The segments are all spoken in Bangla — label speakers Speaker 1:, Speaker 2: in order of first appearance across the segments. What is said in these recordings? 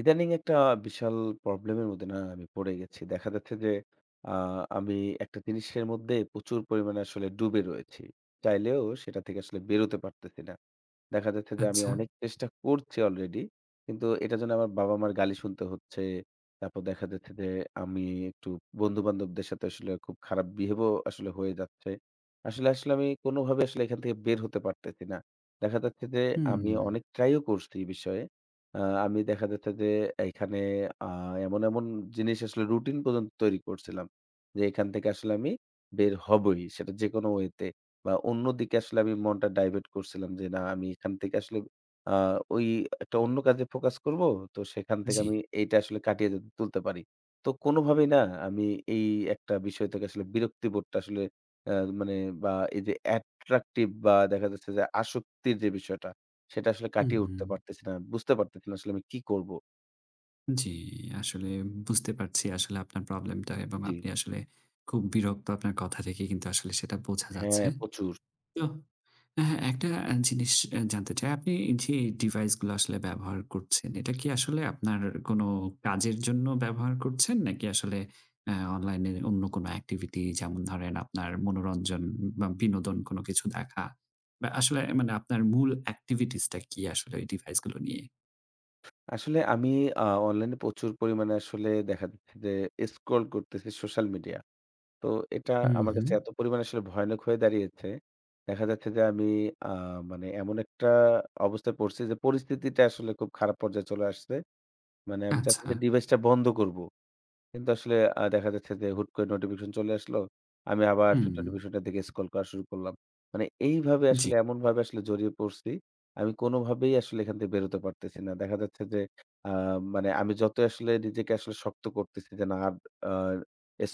Speaker 1: ইদানিং একটা বিশাল প্রবলেমের মধ্যে না আমি পড়ে গেছি। দেখা যাচ্ছে যে আ আমি একটা জিনিসের মধ্যে প্রচুর পরিমাণে আসলে ডুবে রয়েছি। চাইলেও সেটা থেকে আসলে বেরোতে পারতেছি না। দেখা যাচ্ছে যে আমি
Speaker 2: আচ্ছা।
Speaker 1: অনেক চেষ্টা করছি অলরেডি। কিন্তু এটার জন্য আমার বাবা-মার গালি শুনতে হচ্ছে। তারপর দেখা যাচ্ছে যে আমি একটু বন্ধু-বান্ধবদের সাথে আসলে খুব খারাপ বিহেভ ও আসলে হয়ে যাচ্ছে। আসলে আমি কোনোভাবে আসলে এখান থেকে বের হতে পারতেছি না। দেখা যাচ্ছে যে
Speaker 2: হুম,
Speaker 1: আমি অনেক ট্রাই ও করছি এই বিষয়ে। আ আমি দেখা যাচ্ছে যে এখানে আ এমন জিনিস আসলে রুটিন পর্যন্ত তৈরি করছিলাম। যে এখান থেকে আসলে আমি বের হবই সেটা যেকোনো ওয়েতে। বা অন্যদিকে আসলে আমি মনটা ডাইভার্ট করছিলাম যে, না আমি এখান থেকে আসলে আ ওই একটা অন্য কাজে ফোকাস করব। তো সেখান থেকে
Speaker 2: জি।
Speaker 1: আমি এইটা আসলে কাটিয়ে যাতে তুলতে পারি। তো কোনোভাবেই না আমি এই একটা বিষয় থেকে আসলে বিরক্তিবোধটা আসলে আ মানে বা এই যে অ্যাট্রাকটিভ বা দেখা যাচ্ছে যে আসক্তির যে বিষয়টা, সেটা আসলে
Speaker 2: হুম,
Speaker 1: কাটিয়ে
Speaker 2: হুম।
Speaker 1: উঠতে পারতেছি না। বুঝতে পারতেছি না আসলে আমি কি করব?
Speaker 2: জি, আসলে বুঝতে পারছি আসলে আপনার প্রবলেমটা এবং
Speaker 1: জি।
Speaker 2: আপনি আসলে খুব বিরক্ত আপনার কথা থেকে কিন্তু আসলে সেটা বোঝা
Speaker 1: হ্যাঁ,
Speaker 2: যাচ্ছে।
Speaker 1: প্রচুর।
Speaker 2: তো হ্যাঁ, একটা জিনিস জানতে চাই। আপনি এই যে ডিভাইসগুলো আসলে ব্যবহার করছেন, এটা কি আসলে আপনার কোনো কাজের জন্য ব্যবহার করছেন? নাকি আসলে অনলাইনে অন্য কোনো activity যেমন ধরেন আপনার মনোরঞ্জন বা বিনোদন কোনো কিছু দেখা বা আসলে মানে আপনার মূল activities টা কি আসলে ওই ডিভাইসগুলো নিয়ে?
Speaker 1: আসলে আমি অনলাইনে প্রচুর পরিমাণে আসলে দেখা যাচ্ছে যে স্ক্রল করতেছি সোশ্যাল মিডিয়া। তো এটা
Speaker 2: হুম,
Speaker 1: আমার
Speaker 2: হুম।
Speaker 1: কাছে এত পরিমাণে আসলে ভয়ানক হয়ে দাঁড়িয়েছে। দেখা যাচ্ছে যে আমি আ মানে এমন একটা অবস্থায় পড়ছি যে পরিস্থিতিটা আসলে খুব খারাপ পর্যায়ে চলে আসছে। মানে আমি চাচ্ছি
Speaker 2: আচ্ছা।
Speaker 1: যে ডিভাইসটা বন্ধ করব। কিন্তু আসলে দেখা যাচ্ছে যে হুট করে নোটিফিকেশন চলে আসলো। আমি আবার
Speaker 2: হুম,
Speaker 1: নোটিফিকেশনটার দিকে স্ক্রল করা শুরু করলাম। মানে এইভাবে
Speaker 2: জি।
Speaker 1: আসলে এমনভাবে আসলে জড়িয়ে পড়ছি, আমি কোনোভাবেই আসলে এখান থেকে বেরোতে পারতেছি না। দেখা যাচ্ছে যে আ মানে আমি যতই আসলে নিজেকে আসলে শক্ত করতেছি যে না আর আ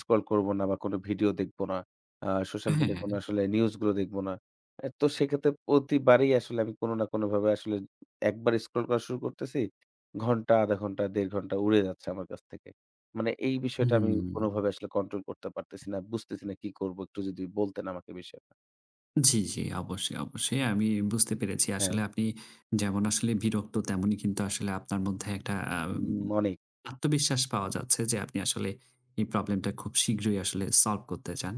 Speaker 1: স্ক্রল করব না বা কোনো ভিডিও দেখব না। সোশ্যাল মিডিয়ায়
Speaker 2: হ্যাঁ,
Speaker 1: কোনো আসলে নিউজ গুলো দেখব না। এ তো সেক্ষেত্রে প্রতিবারেই আসলে আমি কোনো না কোনোভাবে আসলে একবার স্ক্রল করা শুরু করতেছি। ঘন্টা, ১/২ ঘন্টা, ১.৫ ঘন্টা উড়ে যাচ্ছে আমার কাছ থেকে। মানে এই বিষয়টা আমি
Speaker 2: হুম।
Speaker 1: কোনভাবে আসলে কন্ট্রোল করতে পারতেছি না। বুঝতেছি না কি করব? একটু যদি বলতেন আমাকে বিষয়টা।
Speaker 2: জি, জি। অবশ্যই, অবশ্যই। আমি বুঝতে পেরেছি।
Speaker 1: হ্যাঁ,
Speaker 2: আসলে আপনি যেমন আসলে বিরক্ত তেমনই কিন্তু আসলে আপনার মধ্যে একটা
Speaker 1: হুম, অনেক।
Speaker 2: আত্মবিশ্বাস পাওয়া যাচ্ছে যে আপনি আসলে এই প্রবলেমটা খুব শীঘ্রই আসলে সলভ করতে চান।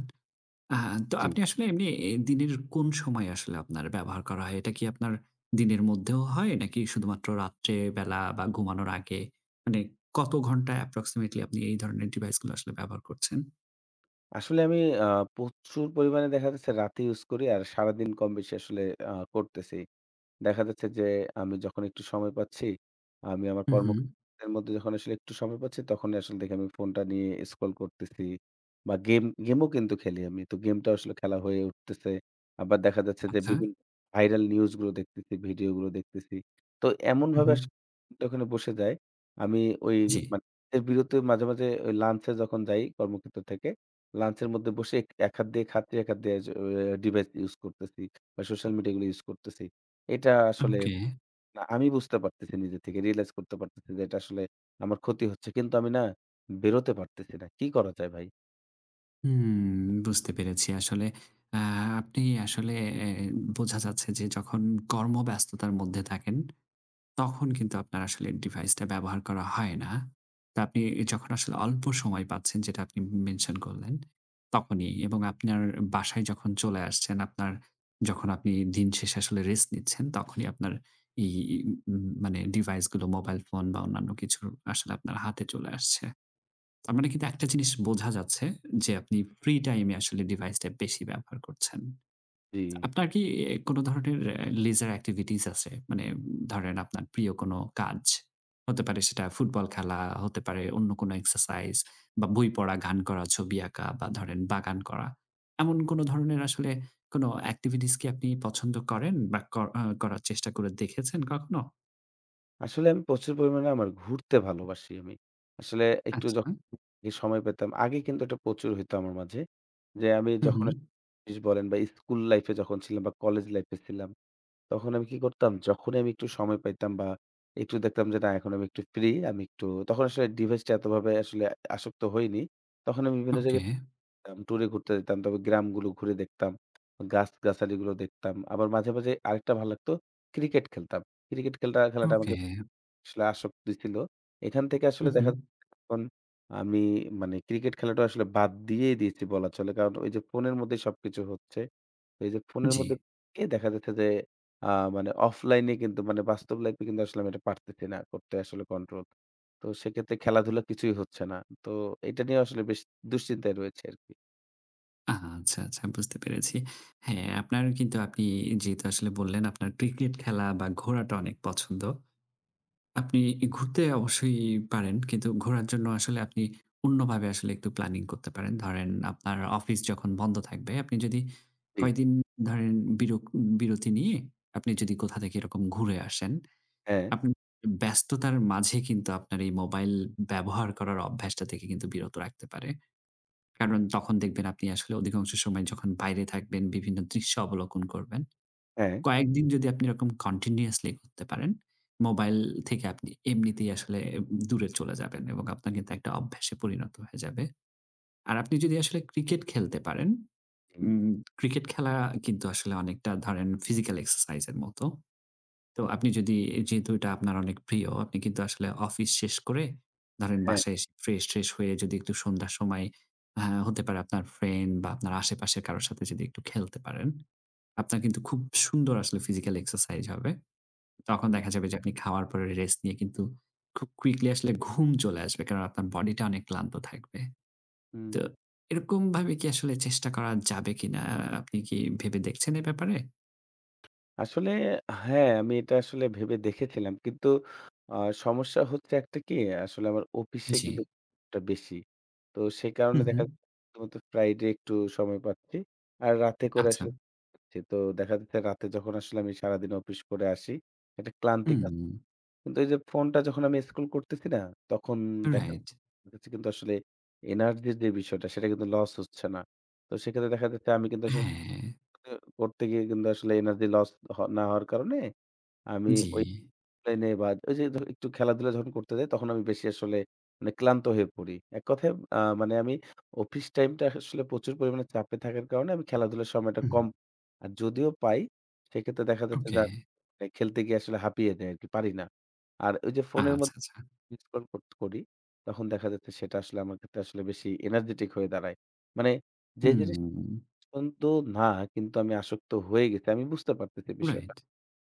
Speaker 2: আ তো
Speaker 1: জি।
Speaker 2: আপনি আসলে এমনি দিনের কোন সময়ে আসলে আপনার ব্যবহার করা হয়? এটা কি আপনার দিনের মধ্যেও হয় নাকি শুধুমাত্র রাত্রে বেলা বা ঘুমানোর আগে? মানে কত ঘন্টা approximately আপনি এই ধরনের ডিভাইসগুলো আসলে ব্যবহার করছেন?
Speaker 1: আসলে আমি আ প্রচুর পরিমাণে দেখা যাচ্ছে রাতে ইউজ করি আর সারাদিন কম বেশি আসলে করতেছি। দেখা যাচ্ছে যে আমি যখন একটু সময় পাচ্ছি, আমি আমার
Speaker 2: হু, হু।
Speaker 1: কর্মক্ষেত্রের মধ্যে যখন আসলে একটু সময় পাচ্ছি, তখনই আসলে দেখি আমি ফোনটা নিয়ে স্ক্রল করতেছি বা গেমও কিন্তু খেলি আমি। তো গেমটা আসলে খেলা হয়ে উঠতেছে। আবার দেখা যাচ্ছে যে
Speaker 2: আচ্ছা।
Speaker 1: বিভিন্ন ভাইরাল নিউজ গুলো দেখতেছি, ভিডিও গুলো দেখতেছি। তো
Speaker 2: হু,
Speaker 1: এমনভাবে
Speaker 2: হু।
Speaker 1: আসলে ওখানে বসে যাই। আমি ওই
Speaker 2: জি।
Speaker 1: মানে এর বিরতির মাঝে, মাঝে ওই লাঞ্চে যখন যাই কর্মক্ষেত্র থেকে, লাঞ্চের মধ্যে বসে এক এক হাত দিয়ে খাচ্ছি, এক হাত দিয়ে ডিভাইস ইউজ করতেছি বা সোশ্যাল মিডিয়া গুলো ইউজ করতেছি। এটা আসলে
Speaker 2: ওকে।
Speaker 1: না আমি বুঝতে পারতেছি নিজে থেকে। রিয়ালাইজ করতে পারতেছি যে এটা আসলে আমার ক্ষতি হচ্ছে। কিন্তু আমি না বেরোতে পারতেছি না। কি করা যায় ভাই?
Speaker 2: হুম, বুঝতে পেরেছি। আসলে আ আপনি আসলে এ বোঝা যাচ্ছে যে যখন কর্মব্যস্ততার মধ্যে থাকেন, তখন কিন্তু আপনার আসলে ডিভাইসটা ব্যবহার করা হয় না। তো আপনি যখন আসলে অল্প সময় পাচ্ছেন যেটা আপনি মেনশন করলেন, তখনই এবং আপনার বাসায় যখন চলে আসছেন, আপনার যখন আপনি দিন শেষে আসলে রেস্ট নিচ্ছেন, তখনই আপনার এই মানে ডিভাইসগুলো মোবাইল ফোন বা অন্যান্য কিছু আসলে আপনার হাতে চলে আসছে। তার মানে কিন্তু একটা জিনিস বোঝা যাচ্ছে যে আপনি ফ্রি টাইমে আসলে ডিভাইসটা বেশি ব্যবহার করছেন।
Speaker 1: জি।
Speaker 2: তো আপনার কি কোনো ধরনের leisure activities আছে? মানে ধরেন আপনার প্রিয় কোনো কাজ। হতে পারে সেটা ফুটবল খেলা, হতে পারে অন্য কোনো এক্সারসাইজ বা বই পড়া, গান করা, ছবি আঁকা বা ধরেন বাগান করা। এমন কোনো ধরনের আসলে কোনো activities কি আপনি পছন্দ করেন বা কর আ করার চেষ্টা করে দেখেছেন কখনো?
Speaker 1: আসলে আমি প্রচুর পরিমাণে আমার ঘুরতে ভালোবাসি আমি। আসলে একটু
Speaker 2: আচ্ছা।
Speaker 1: যখন আগে সময় পেতাম, আগে কিন্তু এটা প্রচুর হইতো আমার মাঝে। যে আমি
Speaker 2: হু, হু।
Speaker 1: যখন আস ইস বলেন বা স্কুল লাইফে যখন ছিলাম বা কলেজ লাইফে ছিলাম, তখন আমি কি করতাম? যখনই আমি একটু সময় পাইতাম বা একটু দেখতাম যে না এখন আমি একটু ফ্রি, আমি একটু তখন আসলে ডিভাইসটা এতভাবে আসলে আসক্ত হইনি। তখন আমি বিভিন্ন
Speaker 2: ওকে,
Speaker 1: জায়গায় যেতাম, ট্যুরে ঘুরতে যেতাম। তবে গ্রামগুলো ঘুরে দেখতাম। গাছ-গাছালিগুলো দেখতাম। আবার মাঝে, মাঝে আরেকটা ভালো লাগতো, ক্রিকেট খেলতাম। ক্রিকেট খেলাটা
Speaker 2: ওকে।
Speaker 1: আমাকে আসলে আসক্তি ছিল। এখান থেকে
Speaker 2: হু,
Speaker 1: আসলে
Speaker 2: হু।
Speaker 1: দেখা যাচ্ছে এখন আমি মানে ক্রিকেট খেলাটা আসলে বাদ দিয়েই দিয়েছি বলা চলে। কারণ ওই যে ফোনের মধ্যে সবকিছু হচ্ছে। এই যে ফোনের
Speaker 2: জি।
Speaker 1: মধ্যে থেকে দেখা যাচ্ছে যে আ মানে অফলাইনে কিন্তু মানে বাস্তব লাইফে কিন্তু আসলে আমি এটা পারতেছি না করতে আসলে কন্ট্রোল। তো সেক্ষেত্রে খেলাধুলা কিছুই হচ্ছে না। তো এটা নিয়ে আসলে বেশ দুশ্চিন্তায় রয়েছে আরকি।
Speaker 2: আচ্ছা, আচ্ছা বুঝতে পেরেছি। হ্যাঁ, আপনার কিন্তু আপনি যেহেতু আসলে বললেন আপনার ক্রিকেট খেলা বা ঘোরাটা অনেক পছন্দ। আপনি ঘুরতে অবশ্যই পারেন। কিন্তু ঘোরার জন্য আসলে আপনি অন্যভাবে আসলে একটু প্ল্যানিং করতে পারেন। ধরেন আপনার অফিস যখন বন্ধ থাকবে, আপনি যদি
Speaker 1: জি।
Speaker 2: কয়দিন ধরেন বিরক বিরতি নিয়ে আপনি যদি কোথা থেকে এরকম ঘুরে আসেন,
Speaker 1: হ্যাঁ,
Speaker 2: আপনি ব্যস্ততার মাঝে কিন্তু আপনার এই মোবাইল ব্যবহার করার অভ্যাসটা থেকে কিন্তু বিরত রাখতে পারে। কারণ তখন দেখবেন আপনি আসলে অধিকাংশ সময় যখন বাইরে থাকবেন, বিভিন্ন দৃশ্য অবলোকন করবেন।
Speaker 1: হ্যাঁ,
Speaker 2: কয়েকদিন যদি আপনি এরকম কন্টিনিউয়াসলি করতে পারেন, মোবাইল থেকে আপনি এমনিতেই আসলে দূরে চলে যাবেন এবং আপনার কিন্তু একটা অভ্যাসে পরিণত হয়ে যাবে। আর আপনি যদি আসলে ক্রিকেট খেলতে পারেন,
Speaker 1: হুম,
Speaker 2: উম ক্রিকেট খেলা কিন্তু আসলে অনেকটা ধরেন ফিজিক্যাল এক্সারসাইজ এর মতো। তো আপনি যদি যেহেতু এটা আপনার অনেক প্রিয়, আপনি কিন্তু আসলে অফিস শেষ করে ধরেন
Speaker 1: হ্যাঁ,
Speaker 2: বাসায় এসে ফ্রেশ-ট্রেশ হয়ে যদি একটু সন্ধ্যার সময় হতে পারে আপনার ফ্রেন্ড বা আপনার আশেপাশের কারো সাথে যদি একটু খেলতে পারেন, আপনার কিন্তু খুব সুন্দর আসলে ফিজিক্যাল এক্সারসাইজ হবে। তখন
Speaker 1: হুম,
Speaker 2: দেখা যাবে যে আপনি খাওয়ার পরে রেস্ট নিয়ে কিন্তু খুব কুইকলি আসলে ঘুম চলে আসবে। কারণ আপনার বডিটা অনেক ক্লান্ত থাকবে।
Speaker 1: হুম।
Speaker 2: তো এরকমভাবে কি আসলে চেষ্টা করা যাবে কিনা? আপনি কি ভেবে দেখছেন এ ব্যাপারে?
Speaker 1: আসলে হ্যাঁ, আমি এটা আসলে ভেবে দেখেছিলাম। কিন্তু আ সমস্যা হচ্ছে একটা কি আসলে আমার অফিসে
Speaker 2: জি।
Speaker 1: কিন্তু টা বেশি। তো সে
Speaker 2: হু,
Speaker 1: কারণে
Speaker 2: হু।
Speaker 1: দেখা যাচ্ছে শুধুমাত্র ফ্রাইডে একটু সময় পাচ্ছি। আর রাতে করে
Speaker 2: আচ্ছা।
Speaker 1: আসলে জি, তো দেখা যাচ্ছে রাতে যখন আসলে আমি সারাদিন অফিস করে আসি, একটা ক্লান্তি কাজ
Speaker 2: হুম,
Speaker 1: কিন্তু এই যে ফোনটা যখন আমি স্ক্রল করতেছি না, তখন দেখা
Speaker 2: রাইট।
Speaker 1: যাচ্ছে কিন্তু আসলে এনার্জির যে বিষয়টা সেটা কিন্তু লস হচ্ছে না। তো সেক্ষেত্রে দেখা যাচ্ছে আমি কিন্তু আসলে
Speaker 2: হ্যাঁ,
Speaker 1: আ করতে গিয়ে কিন্তু আসলে এনার্জি লস না হওয়ার কারণে আমি
Speaker 2: জি।
Speaker 1: ওই প্লেনে বা ওই যে ধর একটু খেলাধুলা যখন করতে যাই তখন আমি বেশি আসলে মানে ক্লান্ত হয়ে পড়ি। এক কথায় মানে আমি অফিস টাইমটা আসলে প্রচুর পরিমাণে চাপে থাকার কারণে আমি খেলাধুলার সময়টা
Speaker 2: হুম।
Speaker 1: কম আর যদিও পাই সেক্ষেত্রে দেখা যাচ্ছে যে
Speaker 2: ওকে।
Speaker 1: খেলতে গিয়ে আসলে হাঁপিয়ে যাই আরকি পারি না। আর ওই যে ফোনের
Speaker 2: আচ্ছা,
Speaker 1: মধ্যে
Speaker 2: আচ্ছা।
Speaker 1: স্ক্রল করি তখন দেখা যাচ্ছে সেটা আসলে আমার ক্ষেত্রে আসলে বেশি এনার্জেটিক হয়ে দাঁড়ায়। মানে যে জিনিস
Speaker 2: হুম।
Speaker 1: অত্যন্ত না, কিন্তু আমি আসক্ত হয়ে গেছি। আমি বুঝতে পারতেছি বিষয়টা।
Speaker 2: রাইট।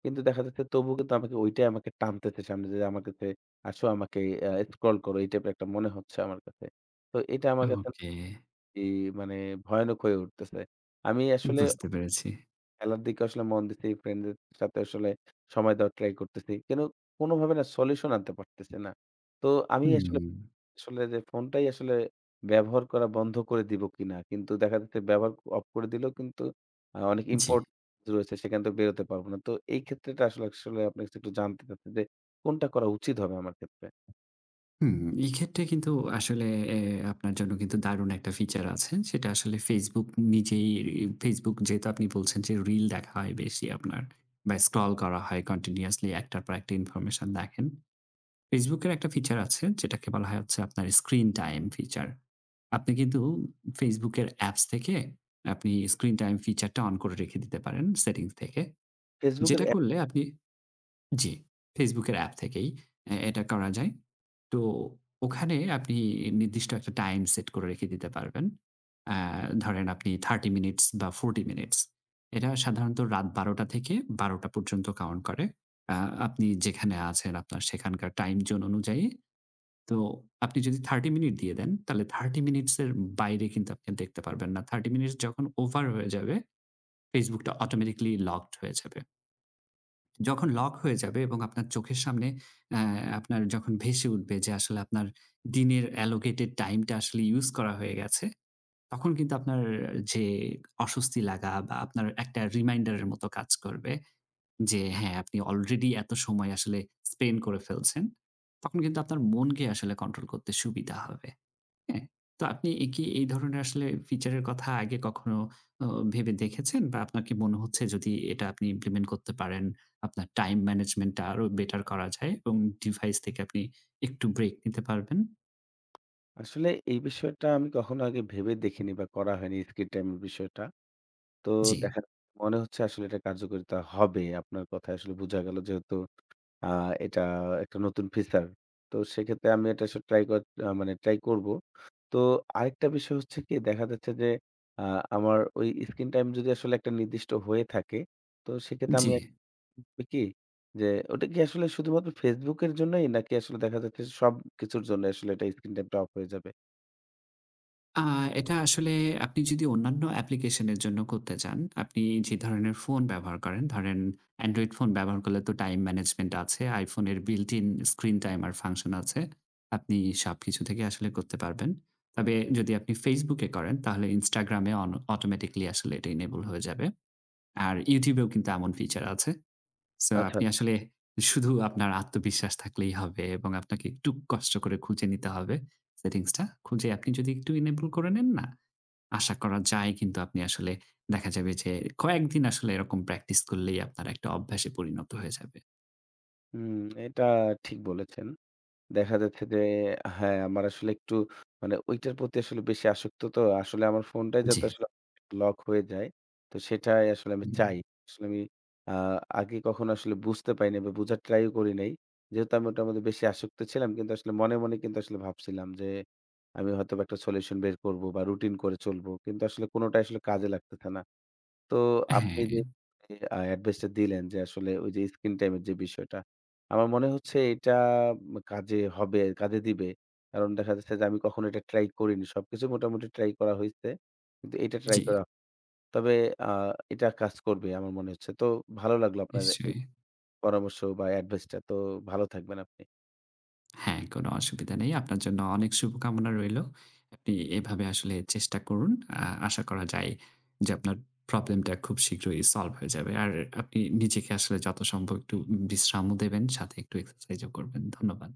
Speaker 1: কিন্তু দেখা যাচ্ছে তবুও কিন্তু ওইটাই আমাকে টানতেছে সামনে যে আমার কাছে আসো আমাকে স্ক্রল করো এই টাইপের একটা মনে হচ্ছে আমার কাছে। তো এটা আমার কাছে
Speaker 2: ওকে।
Speaker 1: ই মানে ভয়ানক হয়ে উঠতেছে। আমি আসলে
Speaker 2: বুঝতে পেরেছি।
Speaker 1: খেলার দিকে আসলে মন দিছি, ফ্রেন্ডদের সাথে আসলে সময় দেওয়ার ট্রাই করতেছি। কিন্তু কোনোভাবে না সলিউশন আনতে পারতেছি না। তো আমি আসলে
Speaker 2: হুম।
Speaker 1: আসলে যে ফোনটাই আসলে ব্যবহার করা বন্ধ করে দিব কিনা। কিন্তু দেখা যাচ্ছে ব্যবহার অফ করে দিলেও কিন্তু অনেক
Speaker 2: জি।
Speaker 1: ইম্পোর্টেন্ট রয়েছে সেখান থেকে বেরোতে পারব না। তো এই ক্ষেত্রেটা আসলে আপনার কাছে একটু জানতে চাচ্ছি যে কোনটা করা উচিত হবে আমার ক্ষেত্রে?
Speaker 2: হুম, এক্ষেত্রে কিন্তু আসলে এ আপনার জন্য কিন্তু দারুণ একটা ফিচার আছে। সেটা আসলে Facebook নিজেই। Facebook যেহেতু আপনি বলছেন যে রিল দেখা হয় বেশি আপনার বা স্ক্রল করা হয় কন্টিনিউয়াসলি, একটার পর একটা ইনফরমেশন দেখেন। Facebook এর একটা ফিচার আছে যেটাকে বলা হয় হচ্ছে আপনার স্ক্রিন টাইম ফিচার। আপনি কিন্তু Facebook এর অ্যাপস থেকে আপনি স্ক্রিন টাইম ফিচারটা অন করে রেখে দিতে পারেন সেটিংস থেকে।
Speaker 1: Facebook এর
Speaker 2: যেটা
Speaker 1: অ্যাপ
Speaker 2: করলে আপনি জি, Facebook এর অ্যাপ থেকেই এটা করা যায়। তো ওখানে আপনি নির্দিষ্ট একটা টাইম সেট করে রেখে দিতে পারবেন। আ ধরেন আপনি 30 মিনিটস বা 40 মিনিটস। এটা সাধারণত রাত ১২ঃ০০ থেকে ১২ঃ০০ পর্যন্ত কাউন্ট করে। আ আপনি যেখানে আছেন আপনার সেখানকার টাইম জোন অনুযায়ী। তো আপনি যদি 30 মিনিট দিয়ে দেন, তাহলে 30 মিনিটস এর বাইরে কিন্তু আপনি দেখতে পারবেন না। 30 মিনিটস যখন ওভার হয়ে যাবে, Facebook টা অটোমেটিক্যালি লকড হয়ে যাবে। যখন লক হয়ে যাবে এবং আপনার চোখের সামনে অ্যা আপনার যখন ভেসে উঠবে যে আসলে আপনার দিনের অ্যালোকেটেড টাইমটা আসলে ইউস করা হয়ে গেছে, তখন কিন্তু আপনার যে অস্বস্তি লাগা বা আপনার একটা রিমাইন্ডারের মতো কাজ করবে যে হ্যাঁ, আপনি অলরেডি এত সময় আসলে স্পেন্ড করে ফেলছেন। তখন কিন্তু আপনার মনকে আসলে কন্ট্রোল করতে সুবিধা হবে। হ্যাঁ, তো আপনি কি এই ধরনের আসলে ফিচারের কথা আগে কখনো অ ভেবে দেখেছেন? বা আপনার কি মনে হচ্ছে যদি এটা আপনি ইমপ্লিমেন্ট করতে পারেন, আপনার টাইম ম্যানেজমেন্ট টা আরো বেটার করা যায় এবং ডিভাইস থেকে আপনি একটু ব্রেক নিতে পারবেন?
Speaker 1: আসলে এই বিষয়টা আমি কখনো আগে ভেবে দেখিনি বা করা হয়নি স্ক্রিন টাইম এর বিষয়টা। তো
Speaker 2: জি,
Speaker 1: দেখা মনে হচ্ছে আসলে এটা কার্যকারিতা হবে। আপনার কথায় আসলে বোঝা গেল যেহেতু আ এটা একটা নতুন ফিচার। তো সেক্ষেত্রে আমি এটা আসলে ট্রাই কর আ মানে ট্রাই করব। তো আরেকটা বিষয় হচ্ছে কি দেখা যাচ্ছে যে আ আমার ওই স্ক্রিন টাইম যদি আসলে একটা নির্দিষ্ট হয়ে থাকে, তো সেক্ষেত্রে
Speaker 2: জি।
Speaker 1: আমি হবে কি যে ওটা কি আসলে শুধুমাত্র Facebook এর জন্যই নাকি আসলে দেখা যাচ্ছে সবকিছুর জন্য আসলে এটা স্ক্রিন টাইমটা অফ হয়ে যাবে?
Speaker 2: আ এটা আসলে আপনি যদি অন্যান্য অ্যাপ্লিকেশনের জন্য করতে চান, আপনি যে ধরনের ফোন ব্যবহার করেন, ধরেন Android ফোন ব্যবহার করলে তো টাইম ম্যানেজমেন্ট আছে। iPhone এর built in screen timer function আছে। আপনি সবকিছু থেকে আসলে করতে পারবেন। তবে যদি আপনি Facebook এ করেন তাহলে Instagram এ অন অটোমেটিক্যালি আসলে এটা enable হয়ে যাবে। আর YouTube এও কিন্তু এমন ফিচার আছে। সো
Speaker 1: আচ্ছা।
Speaker 2: আপনি আসলে শুধু আপনার আত্মবিশ্বাস থাকলেই হবে এবং আপনাকে একটু কষ্ট করে খুঁজে নিতে হবে সেটিংসটা। খুঁজে আপনি যদি একটু enable করে নেন না, আশা করা যায় কিন্তু আপনি আসলে দেখা যাবে যে কয়েকদিন আসলে এরকম প্র্যাকটিস করলেই আপনার একটা অভ্যাসে পরিণত হয়ে যাবে।
Speaker 1: হুম, এটা ঠিক বলেছেন। দেখা যাচ্ছে যে হ্যাঁ, আমার আসলে একটু মানে ঐটার প্রতি আসলে বেশি আসক্ত তো। আসলে আমার ফোনটাই
Speaker 2: জি।
Speaker 1: যাতে আসলে লক হয়ে যায়। তো সেটাই আসলে আমি
Speaker 2: হুম।
Speaker 1: চাই। আসলে আমি আ আগে কখনো আসলে বুঝতে পারি নাই বা বুঝার ট্রাই ও করি নাই। যেহেতু আমি ওটার মধ্যে বেশি আসক্ত ছিলাম কিন্তু আসলে মনে, মনে কিন্তু আসলে ভাবছিলাম যে আমি হয়তোবা একটা সলিউশন বের করব বা রুটিন করে চলবো। কিন্তু আসলে কোনটাই আসলে কাজে লাগতেছে না। তো আপনি
Speaker 2: হ্যাঁ,
Speaker 1: যে এডভাইসটা দিলেন যে আসলে ওই যে স্ক্রিন টাইম এর যে বিষয়টা, আমার মনে হচ্ছে এটা কাজে হবে, কাজে দিবে। কারণ দেখা যাচ্ছে যে আমি কখনো এটা ট্রাই করিনি। সবকিছু মোটামুটি ট্রাই করা হইছে। কিন্তু এটা ট্রাই
Speaker 2: জি,
Speaker 1: করা তবে আ এটা কাজ করবে আমার মনে হচ্ছে। তো ভালো লাগলো আপনার এই
Speaker 2: নিশ্চয়ই।
Speaker 1: পরামর্শ বা এডভাইসটা। তো ভালো থাকবেন আপনি।
Speaker 2: হ্যাঁ, কোনো অসুবিধা নেই। আপনার জন্য অনেক শুভকামনা রইলো। আপনি এভাবে আসলে চেষ্টা করুন। আশা করা যায় যে আপনার প্রবলেমটা খুব শীঘ্রই সলভ হয়ে যাবে। আর আপনি নিজেকে আসলে যত সম্ভব একটু বিশ্রামও দেবেন, সাথে একটু এক্সারসাইজও করবেন। ধন্যবাদ।